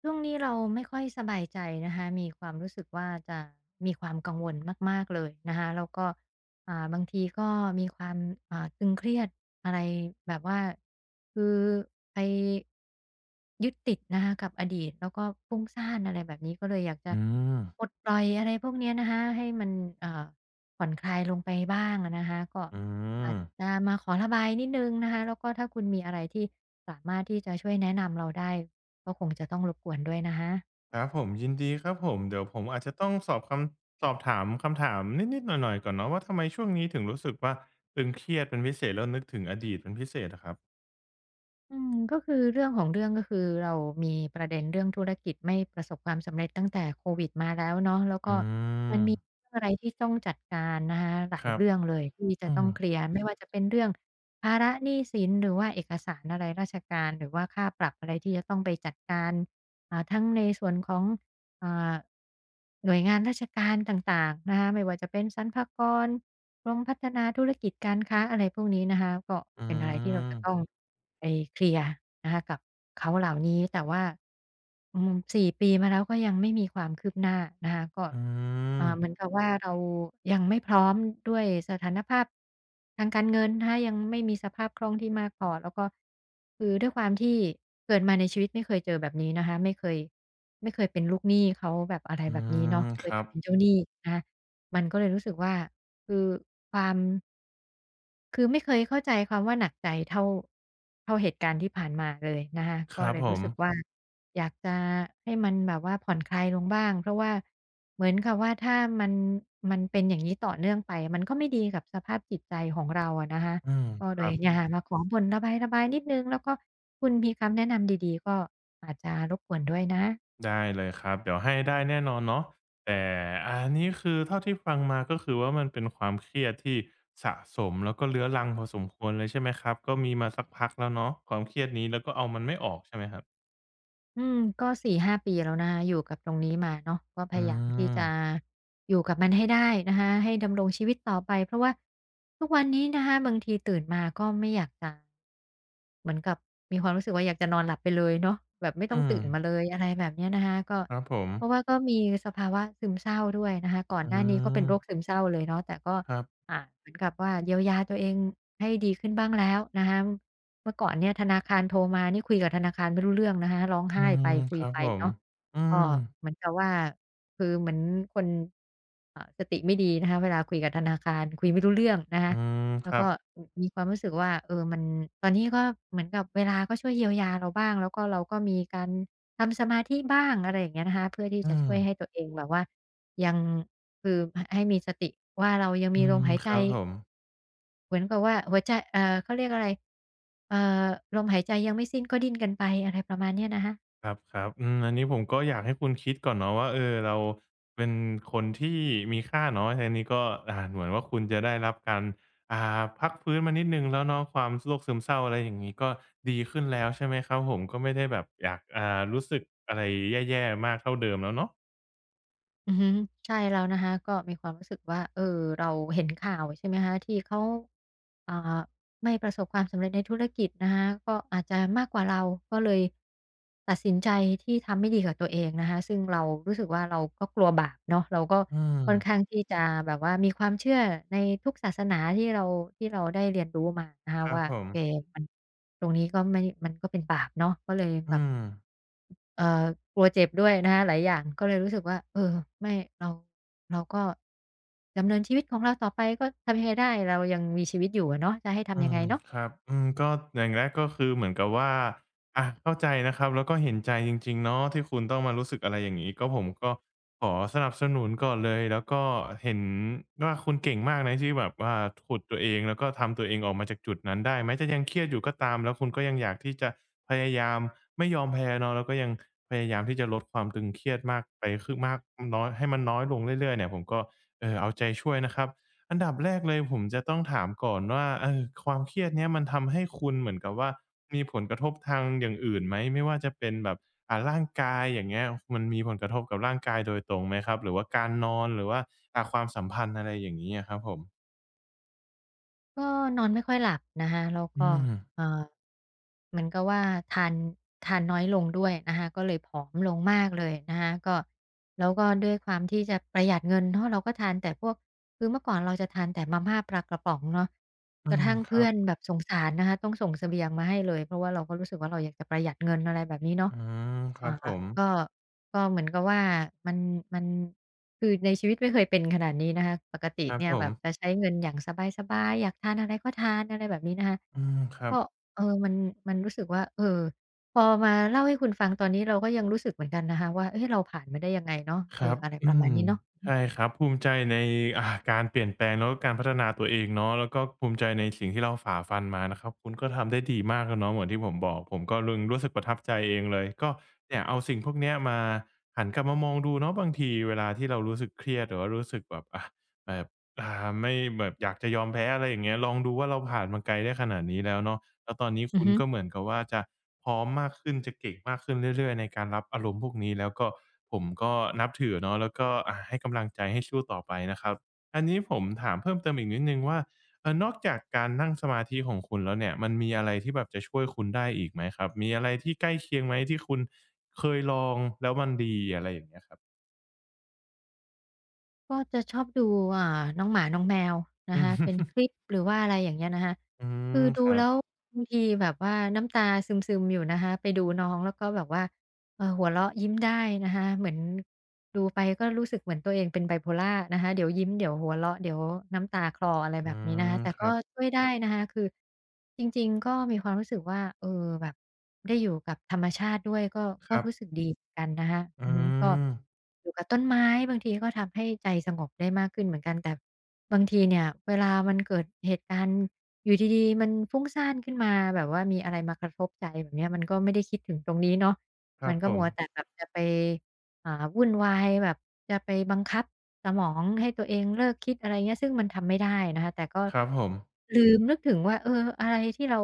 ช่วงนี้เราไม่ค่อยสบายใจนะคะมีความรู้สึกว่าจะมีความกังวลมากๆเลยนะคะแล้วก็บางทีก็มีความตึงเครียดอะไรแบบว่าคือไปยึดติดนะคะกับอดีตแล้วก็ฟุ้งซ่านอะไรแบบนี้ก็เลยอยากจะอืมปลดปล่อยอะไรพวกเนี้ยนะคะให้มันเอ่อผ่อนคลายลงไปบ้างอะนะคะก็อือามจจะมาขอระบายนิดหนึ่งนะคะแล้วก็ถ้าคุณมีอะไรที่สามารถที่จะช่วยแนะนำเราได้ ก็คงจะต้องรบกวนด้วยนะคะครับผมยินดีครับผมเดี๋ยวผมอาจจะต้องสอบคำสอบถามคำถามนิดๆหน่อยๆก่อนเนาะว่าทำไมช่วงนี้ถึงรู้สึกว่าตึงเครียดเป็นพิเศษแล้วนึกถึงอดีตเป็นพิเศษอะครับอืมก็คือเรื่องของเรื่องก็คือเรามีประเด็นเรื่องธุรกิจไม่ประสบความสำเร็จตั้งแต่โควิดมาแล้วเนาะแล้วก็อืมันมมีเรื่องอะไรที่ต้องจัดการนะคะหลาคยรับเรื่องเลยที่จะอืต้อมงเคลียร์ไม่ว่าจะเป็นเรื่องภาระหนี้สินหรือว่าเอกสารอะไรราชการหรือว่าค่าปรับอะไรที่จะต้องไปจัดการทั้งในส่วนของ อ่าหน่วยงานราชการต่างๆนะคะไม่ว่าจะเป็นสรรพากรกรมพัฒนาธุรกิจการค้าอะไรพวกนี้นะคะก็อืเป็นอะไรที่เราจะต้องมไปเคลียร์นะคะกับเขาเหล่านี้แต่ว่าอืม4ปีมาแล้วก็ยังไม่มีความคืบหน้านะคะก็อืมเอ่าเหมือนกับว่าเรายังไม่พร้อมด้วยสถานภาพ ทางการเงินถ้ายังไม่มีสภาพคล่องที่มากพอแล้วก็คือด้วยความที่เกิดมาในชีวิตไม่เคยเจอแบบนี้นะคะไม่เคยเป็นลูกหนี้เขาแบบอะไรอืแบบนี้เนาะมเคคยรัแต่บเป็นเจ้าหนี้นะคะมันก็เลยรู้สึกว่าคือความ คือไม่เคยเข้าใจความว่าหนักใจเท่าเหตุการณ์ที่ผ่านมาเลยนะคะคก็รับเลยผรู้มสึกว่าอยากจะให้มันแบบว่าผ่อนคลายลงบ้างเพราะว่าเหมือนกับว่าถ้ามัน มันเป็นอย่างนี้ต่อเนื่องไปมันก็ไม่ดีกับสภาพจิตใจของเราอะนะคะอืมก็คเลรัยอบ เนี่ยมค่ะมาขอบ่นระบายๆนิดหนึ่งแล้วก็คุณมีคำแนะนำดีๆก็อาจจะรบกวนด้วยนะ ได้เลยครับเดี๋ยวให้ได้แน่นอนเนาะแต่อันนี้คือเท่าที่ฟังมาก็คือว่ามันเป็นความเครียดที่สะสมแล้วก็เรื้อรังพอสมควรเลยใช่ไหมครับก็มีมาสักพักแล้วเนาะความเครียดนี้แล้วก็เอามันไม่ออกใช่ไหมครับอืมก็4-5ปีแล้วนะคะอยู่กับตรงนี้มาเนาะก็พอืยายามที่จะมอยู่กับมันให้ได้นะคะให้ดำรงชีวิตต่อไปเพราะว่าทุกวันนี้นะคะบางทีตื่นมาก็ไม่อยากจะเหมือนกับมีความรู้สึกว่าอยากจะนอนหลับไปเลยเนาะแบบไม่ต้องอืมตื่นมาเลยอะไรแบบเนี้ยนะคะก็ครับผมเพราะว่าก็มีสภาวะซึมเศร้าด้วยนะคะก่อนอืหน้านี้ก็เป็นมโรคซึมเศร้าเลยเนาะแต่ก็ครับเหมือนกับว่าเยียวยาตัวเองให้ดีขึ้นบ้างแล้วนะคะ เมื่อก่อนเนี่ยธนาคารโทรมานี่คุยกับธนาคารไม่รู้เรื่องนะคะร้องอืไห้ไปมคุคยรับไปผมเนาะอืก็มเหมือนกับว่าคือเหมือนคนสติไม่ดีนะคะเวลาคุยกับธนาคารคุยไม่รู้เรื่องนะอืคะมคแล้วรัก็บอมีความรู้สึกว่าเออมันตอนนี้ก็เหมือนกับเวลาก็ช่วยเยียวยาเราบ้างแล้วก็เราก็มีการทำสมาธิบ้างอะไรอย่างเงี้ยนะคะเพื่อที่อืจะช่มวยให้ตัวเองแบบว่ายังคือหให้มีสติว่าเรายังมีอืลมมหายคใจ รับผม เหมือนกับว่าหัวใจเขาเรียกอะไรเอ่อลมหายใจยังไม่สิ้นก็ดิ้นกันไปอะไรประมาณเนี้ยนะคะ ครับครับอืมอันนี้ผมก็อยากให้คุณคิดก่อนเนาะว่าเออเราเป็นคนที่มีค่าเนาะทางนี้ก็เหมือนว่าคุณจะได้รับการอ่าพักฟื้นมานิดหนึ่งแล้วเนาะความโรคซึมเศร้าอะไรอย่างงี้ก็ดีขึ้นแล้วใช่ไหมครับผมก็ไม่ได้แบบอยากรู้สึกอะไรแย่ๆมากเท่าเดิมแล้วเนาะอือฮึใช่แล้วนะคะก็มีความรู้สึกว่าเออเราเห็นข่าวใช่ไหมคะที่เขาอ่าไม่ประสบความสำเร็จในธุรกิจนะคะก็อาจจะมากกว่าเราก็เลยตัดสินใจที่ทำไม่ดีกับตัวเองนะคะซึ่งเรารู้สึกว่าเราก็กลัวบาปเนาะเราก็อืค่อนข้างมที่จะแบบว่ามีความเชื่อในทุกศาสนาที่เราได้เรียนรู้มานะคะครับว่าผโอมเคมันตรงนี้ก็ไม่มันก็เป็นบาปเนาะก็เลยอืแบบ ม เอ่อกลัวเจ็บด้วยนะคะหลายอย่างก็เลยรู้สึกว่าเออไม่เราเราก็ดำเนินชีวิตของเราต่อไปก็ทำยังไงได้เรายังมีชีวิตอยู่อะเนาะจะให้อืทำยังไงมเนาะ ครับอืมก็อย่างแรกก็คือเหมือนกับว่าอะเข้าใจนะครับแล้วก็เห็นใจจริงๆเนาะที่คุณต้องมารู้สึกอะไรอย่างงี้ก็ผมก็ขอสนับสนุนก่อนเลยแล้วก็เห็นว่าคุณเก่งมากนะที่แบบว่าขุดตัวเองแล้วก็ทำตัวเองออกมาจากจุดนั้นได้แม้จะยังเครียดอยู่ก็ตามแล้วคุณก็ยังอยากที่จะพยายามไม่ยอมแพ้เนาะแล้วก็ยังพยายามที่จะลดความตึงเครียดมากไปคือมากน้อยให้มันน้อยลงเรื่อยๆเนี่ยผมก็เอาใจช่วยนะครับ อันดับแรกเลยผมจะต้องถามก่อนว่าเออความเครียดเนี้ยมันทำให้คุณเหมือนกับว่ามีผลกระทบทางอย่างอื่นไหมไม่ว่าจะเป็นแบบร่างกายอย่างเงี้ยมันมีผลกระทบกับร่างกายโดยตรงไหมครับหรือว่าการนอนหรือว่าความสัมพันธ์อะไรอย่างงี้อะครับผมก็นอนไม่ค่อยหลับนะคะแล้วอืก็มเอ่อเหมือนกับว่าทานทานน้อยลงด้วยนะคะก็เลยผอมลงมากเลยนะคะก็แล้วก็ด้วยความที่จะประหยัดเงินเนาะเราก็ทานแต่พวกคือเมื่อก่อนเราจะทานแต่มาม่าปลากระป๋องเนาะอืกระมทั่งคเพื่รัอบนแบบสงสารนะคะต้องส่งเสบียงมาให้เลยเพราะว่าเราก็รู้สึกว่าเราอยากจะประหยัดเงินอะไรแบบนี้เนาะ อืมครัอ่าบผมก็เหมือนกับว่ามันมันคือในชีวิตไม่เคยเป็นขนาดนี้นะคะปกติครับเนี่ยผแบมบจะใช้เงินอย่างสบายๆอยากทานอะไรก็ทานอะไรแบบนี้นะคะอืมครับ ก็เออมันรู้สึกว่าเออพอมาเล่าให้คุณฟังตอนนี้เราก็ยังรู้สึกเหมือนกันนะคะว่าเอ๊ะเราผ่านมาได้ยังไงเนาะคเอรัอบอะไรปอืระมาณมนี้เนาะใช่ครับภูมิใจในอ่าการเปลี่ยนแปลงแล้วก็การพัฒนาตัวเองเนาะแล้วก็ภูมิใจในสิ่งที่เราฝ่าฟันมานะครับคุณก็ทำได้ดีมากแล้วเนาะเหมือนที่ผมบอกผมก็รึงรู้สึกประทับใจเองเลยก็เนี่ยเอาสิ่งพวกเนี้ยมาหันกลับมามองดูเนาะบางทีเวลาที่เรารู้สึกเครียดหรือว่ารู้สึกแบบแบบอ่าไม่แบบอยากจะยอมแพ้อะไรอย่างเงี้ยลองดูว่าเราผ่านมาไกลได้ขนาดนี้แล้วเนาะ แล้วตอนนี้อือคุณฮึก็เหมือนกับว่าจะพร้อมมากขึ้นจะเก่งมากขึ้นเรื่อยๆในการรับอารมณ์พวกนี้แล้วก็ผมก็นับถือเนาะแล้วก็ให้กำลังใจให้สู้ต่อไปนะครับอันนี้ผมถามเพิ่มเติมอีกนิดหนึ่งว่านอกจากการนั่งสมาธิของคุณแล้วเนี่ยมันมีอะไรที่แบบจะช่วยคุณได้อีกไหมครับมีอะไรที่ใกล้เคียงไหมที่คุณเคยลองแล้วมันดีอะไรอย่างเงี้ยครับก็จะชอบดูอ่าน้องหมาน้องแมวนะอืคะมเป็นคลิปหรือว่าอะไรอย่างเงี้ยนะคะอืคือมคดูรับแล้วบางทีแบบว่าน้ำตาซึมๆอยู่นะคะไปดูน้องแล้วก็แบบว่า หัวเราะยิ้มได้นะคะเหมือนดูไปก็รู้สึกเหมือนตัวเองเป็น bipolar นะคะเดี๋ยวยิ้มเดี๋ยวหัวเราะเดี๋ยวน้ำตาคลออะไรอืแบบนี้นะมคะแต่คก็รับช่วยได้นะคะคือจริงๆก็มีความรู้สึกว่าเออแบบได้อยู่กับธรรมชาติด้วยก็ครับรู้สึกดีเหมือนกันนะคะอือือฮึก็มอยู่กับต้นไม้บางทีก็ทำให้ใจสงบได้มากขึ้นเหมือนกันแต่บางทีเนี่ยเวลามันเกิดเหตุการณ์อยู่ดีๆมันฟุ้งซ่านขึ้นมาแบบว่ามีอะไรมากระทบใจแบบเนี้ยมันก็ไม่ได้คิดถึงตรงนี้เนาะ ครัมับนก็ผมมัวแต่แบบจะไปอ่าวุ่นวายแบบจะไปบังคับสมองให้ตัวเองเลิกคิดอะไรเงี้ยซึ่งมันทำไม่ได้นะคะแต่ก็ครับผม ลืมนึกถึงว่าเอออะไรที่เรา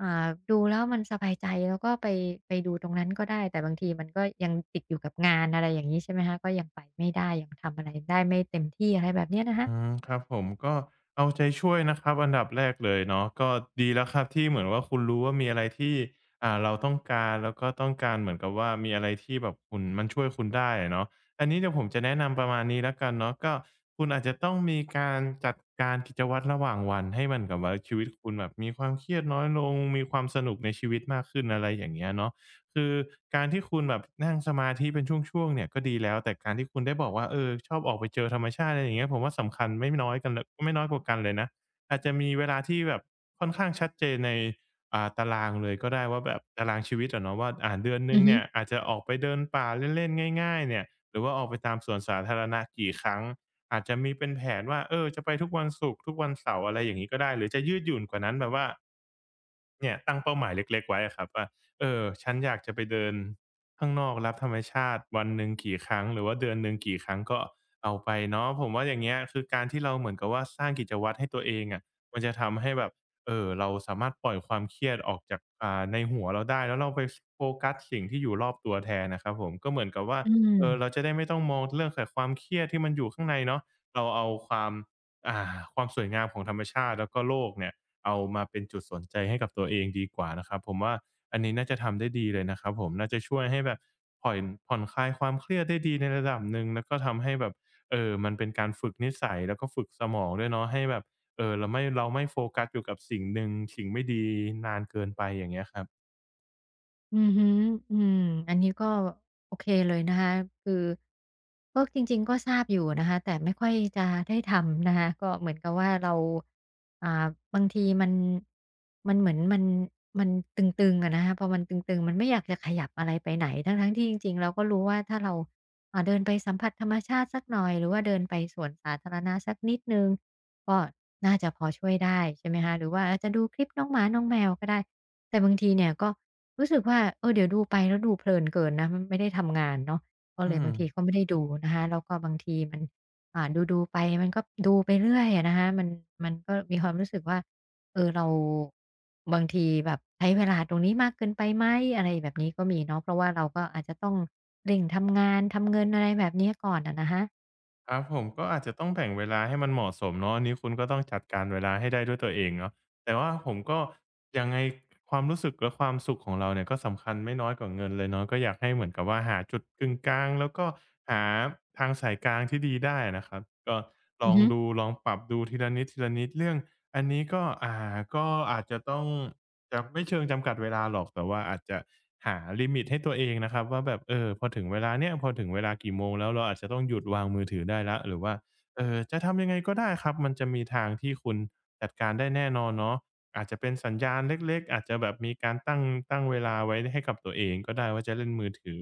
ดูแล้วมันสบายใจเราก็ไปดูตรงนั้นก็ได้แต่บางทีมันก็ยังติดอยู่กับงานอะไรอย่างงี้ใช่ไหมคะก็ยังไปไม่ได้ยังทำอะไรได้ไม่เต็มที่อะไรแบบเนี้ยนะคะอืมครับผมก็เอาใจช่วยนะครับอันดับแรกเลยเนาะก็ดีแล้วครับที่เหมือนว่าคุณรู้ว่ามีอะไรที่เราต้องการแล้วก็ต้องการเหมือนกับว่ามีอะไรที่แบบคุณมันช่วยคุณได้อะเนาะอันนี้เดี๋ยวผมจะแนะนำประมาณนี้แล้วกันเนาะก็คุณอาจจะต้องมีการจัดการกิจวัตรระหว่างวันให้มันกับว่าชีวิตคุณแบบมีความเครียดน้อยลงมีความสนุกในชีวิตมากขึ้นอะไรอย่างเงี้ยเนาะ คือการที่คุณแบบนั่งสมาธิเป็นช่วงๆเนี่ยก็ดีแล้วแต่การที่คุณได้บอกว่าเออชอบออกไปเจอธรรมชาติอะไรอย่างเงี้ยผมว่าสำคัญไม่น้อยกันลไม่น้อยกว่ากันเลยนะอาจจะมีเวลาที่แบบค่อนข้างชัดเจนในตารางเลยก็ได้ว่าแบบตารางชีวิตอะเนาะว่าเดือนหอืนึ่งอฮึเนี่ยอาจจะออกไปเดินป่าเล่นๆง่ายๆเนี่ยหรือว่าออกไปตามสวนสาธารณะกี่ครั้งอาจจะมีเป็นแผนว่าเออจะไปทุกวันศุกร์ทุกวันเสาร์อะไรอย่างงี้ก็ได้หรือจะยืดหยุ่นกว่านั้นแบบว่า เนี่ยตั้งเป้าหมายเล็กๆไว้อะครับว่าเออฉันอยากจะไปเดินข้างนอกรับธรรมชาติวันหนึ่งกี่ครั้งหรือว่าเดือนหนึ่งกี่ครั้งก็เอาไปเนาะผมว่าอย่างเงี้ยคือการที่เราเหมือนกับว่าสร้างกิจวัตรให้ตัวเองอะมันจะทำให้แบบเราสามารถปล่อยความเครียดออกจากในหัวเราได้แล้วเราไปสโฟกัสสิ่งที่อยู่รอบตัวแทนนะครับผมก็เหมือนกับว่าอืเออเราม จะได้ไม่ต้องมองเรื่องแต่ความเครียดที่มันอยู่ข้างในเนาะเราเอาความอ่าความสวยงามของธรรมชาติแล้วก็โลกเนี่ย เอามาเป็นจุดสนใจให้กับตัวเองดีกว่านะครับผมว่าอันนี้น่าจะทำได้ดีเลยนะครับผมน่าจะช่วยให้แบบผ่อนผ่อนคลายความเครียดได้ดีในระดับหนึ่งแล้วก็ทำให้แบบมันเป็นการฝึกนิสัยแล้วก็ฝึกสมองด้วยเนาะให้แบบเราไม่โฟกัสอยู่กับสิ่งหนึ่งสิ่งไม่ดีนานเกินไปอย่างเงี้ยครับอือฮึอืมอันนี้ก็โอเคเลยนะคะคือก็จริงๆก็ทราบอยู่นะคะแต่ไม่ค่อยจะได้ทำนะคะก็เหมือนกับว่าเราอ่าบางทีมันมันเหมือนมันมันตึงๆอะนะคะพอมันตึงๆมันไม่อยากจะขยับอะไรไปไหน ทั้งๆที่จริงๆเราก็รู้ว่าถ้าเราเดินไปสัมผัสธรรมชาติสักหน่อยหรือว่าเดินไปสวนสาธารณะสักนิดหนึ่งก็น่าจะพอช่วยได้ใช่ไหมคะหรือว่าอาจจะดูคลิปน้องหมาน้องแมวก็ได้แต่บางทีเนี่ยก็ รู้สึกว่าเออเดี๋ยวดูไปแล้วดูเพลินเกินนะมไม่ได้ทำงานเนาะก็อืเลยม บางทีก็ไม่ได้ดูนะคะแล้วก็บางทีมันอ่าดูๆไปมันก็ดูไปเรื่อยอะนะคะมันก็มีความรู้สึกว่าเออเราบางทีแบบใช้เวลาตรงนี้มากเกินไปไหมอะไรแบบนี้ก็มีเนาะเพราะว่าเราก็อาจจะต้องเร่งทำงานทำเงินอะไรแบบเนี้ยก่อนอะนะคะครับผมก็อาจจะต้องแบ่งเวลาให้มันเหมาะสมเนาะอันนี้คุณก็ต้องจัดการเวลาให้ได้ด้วยตัวเองเนาะแต่ว่าผมก็ยังไงความรู้สึกและความสุขของเราเนี่ยก็สำคัญไม่น้อยกว่าเงินเลยเนาะก็อยากให้เหมือนกับว่าหาจุดกึ่งกลางแล้วก็หาทางสายกลางที่ดีได้นะครับก็ลอือองฮึดูลองปรับดูทีละนิดทีละนิดเรื่อง อันนี้ก็ก็อาจจะต้องจะไม่เชิงจำกัดเวลาหรอกแต่ว่าอาจจะหาลิมิตให้ตัวเองนะครับว่าแบบเออพอถึงเวลาเนี้ยพอถึงเวลากี่โมงแล้วเราอาจจะต้องหยุดวางมือถือได้แล้วหรือว่าจะทำยังไงก็ได้ครับมันจะมีทางที่คุณจัดการได้แน่นอนเนาะอาจจะเป็นสัญญาณเล็กๆอาจจะแบบมีการตั้งเวลาไว้ให้กับตัวเองก็ได้ว่าจะเล่นมือถือ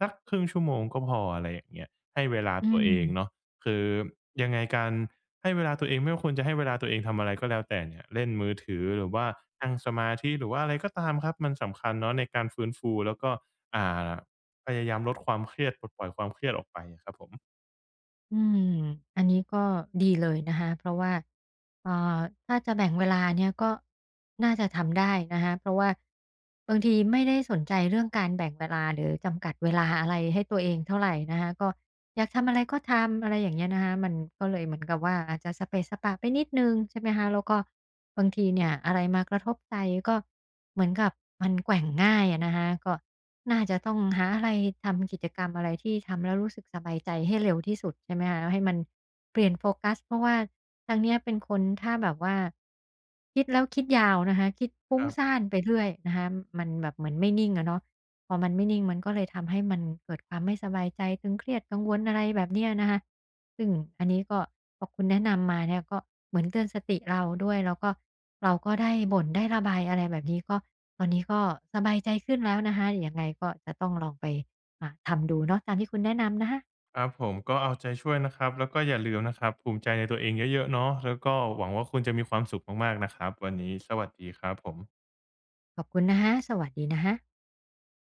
สักครึ่งชั่วโมงก็พออะไรอย่างเงี้ยให้เวลาอืตัวเองเนาะม คือยังไงการ ให้เวลาตัวเองไม่ว่าคุณจะให้เวลาตัวเองทำอะไรก็แล้วแต่เนี่ยเล่นมือถือหรือว่านั่งสมาธิหรือว่าอะไรก็ตามครับมันสำคัญเนาะในการฟื้นฟูแล้วก็อ่าพยายามลดความเครียดปลดปล่อยความเครียดออกไปอะครับผมอืมอันนี้ก็ดีเลยนะคะเพราะว่าเอ่อถ้าจะแบ่งเวลาเนี่ยก็น่าจะทำได้นะคะเพราะว่าบางทีไม่ได้สนใจเรื่องการแบ่งเวลาหรือจำกัดเวลาอะไรให้ตัวเองเท่าไหร่นะคะก็อยากทำอะไรก็ทำอะไรอย่างเงี้ยนะคะมันก็เลยเหมือนกับว่าอาจจะสเปะสปะไปนิดหนึงใช่ไหมคะแล้วก็บางทีเนี่ยอะไรมากระทบใจก็ เหมือนกับมันแกว่งง่ายอะนะคะก็น่าจะต้องหาอะไรทำกิจกรรมอะไรที่ทำแล้วรู้สึกสบายใจให้เร็วที่สุดใช่ไหมคะให้มันเปลี่ยนโฟกัสเพราะว่าทางเนี้ยเป็นคนถ้าแบบว่าคิดแล้วคิดยาวนะคะคิดฟุ้คงรัซ่าบนไปเรื่อยนะคะมันแบบเหมือนไม่นิ่งอะเนาะพอมันไม่นิ่งมันก็เลยทำให้มันเกิดความไม่สบายใจตึงเครียดกังวลอะไรแบบเนี้ยนะคะ ซึ่งอันนี้ก็พอคุณแนะนำมาเนี่ยก็เหมือนเตือนสติเราด้วยแล้วก็เราก็ได้บ่นได้ระบายอะไรแบบนี้ก็ตอนนี้ก็สบายใจขึ้นแล้วนะคะยังไงก็จะต้องลองไปทำดูเนาะตามที่คุณแนะนำนะคะครับผมก็เอาใจช่วยนะครับแล้วก็อย่าลืมนะครับภูมิใจในตัวเองเยอะๆเนาะแล้วก็หวังว่าคุณจะมีความสุขมากๆนะครับวันนี้สวัสดีครับผมขอบคุณนะคะสวัสดีนะคะ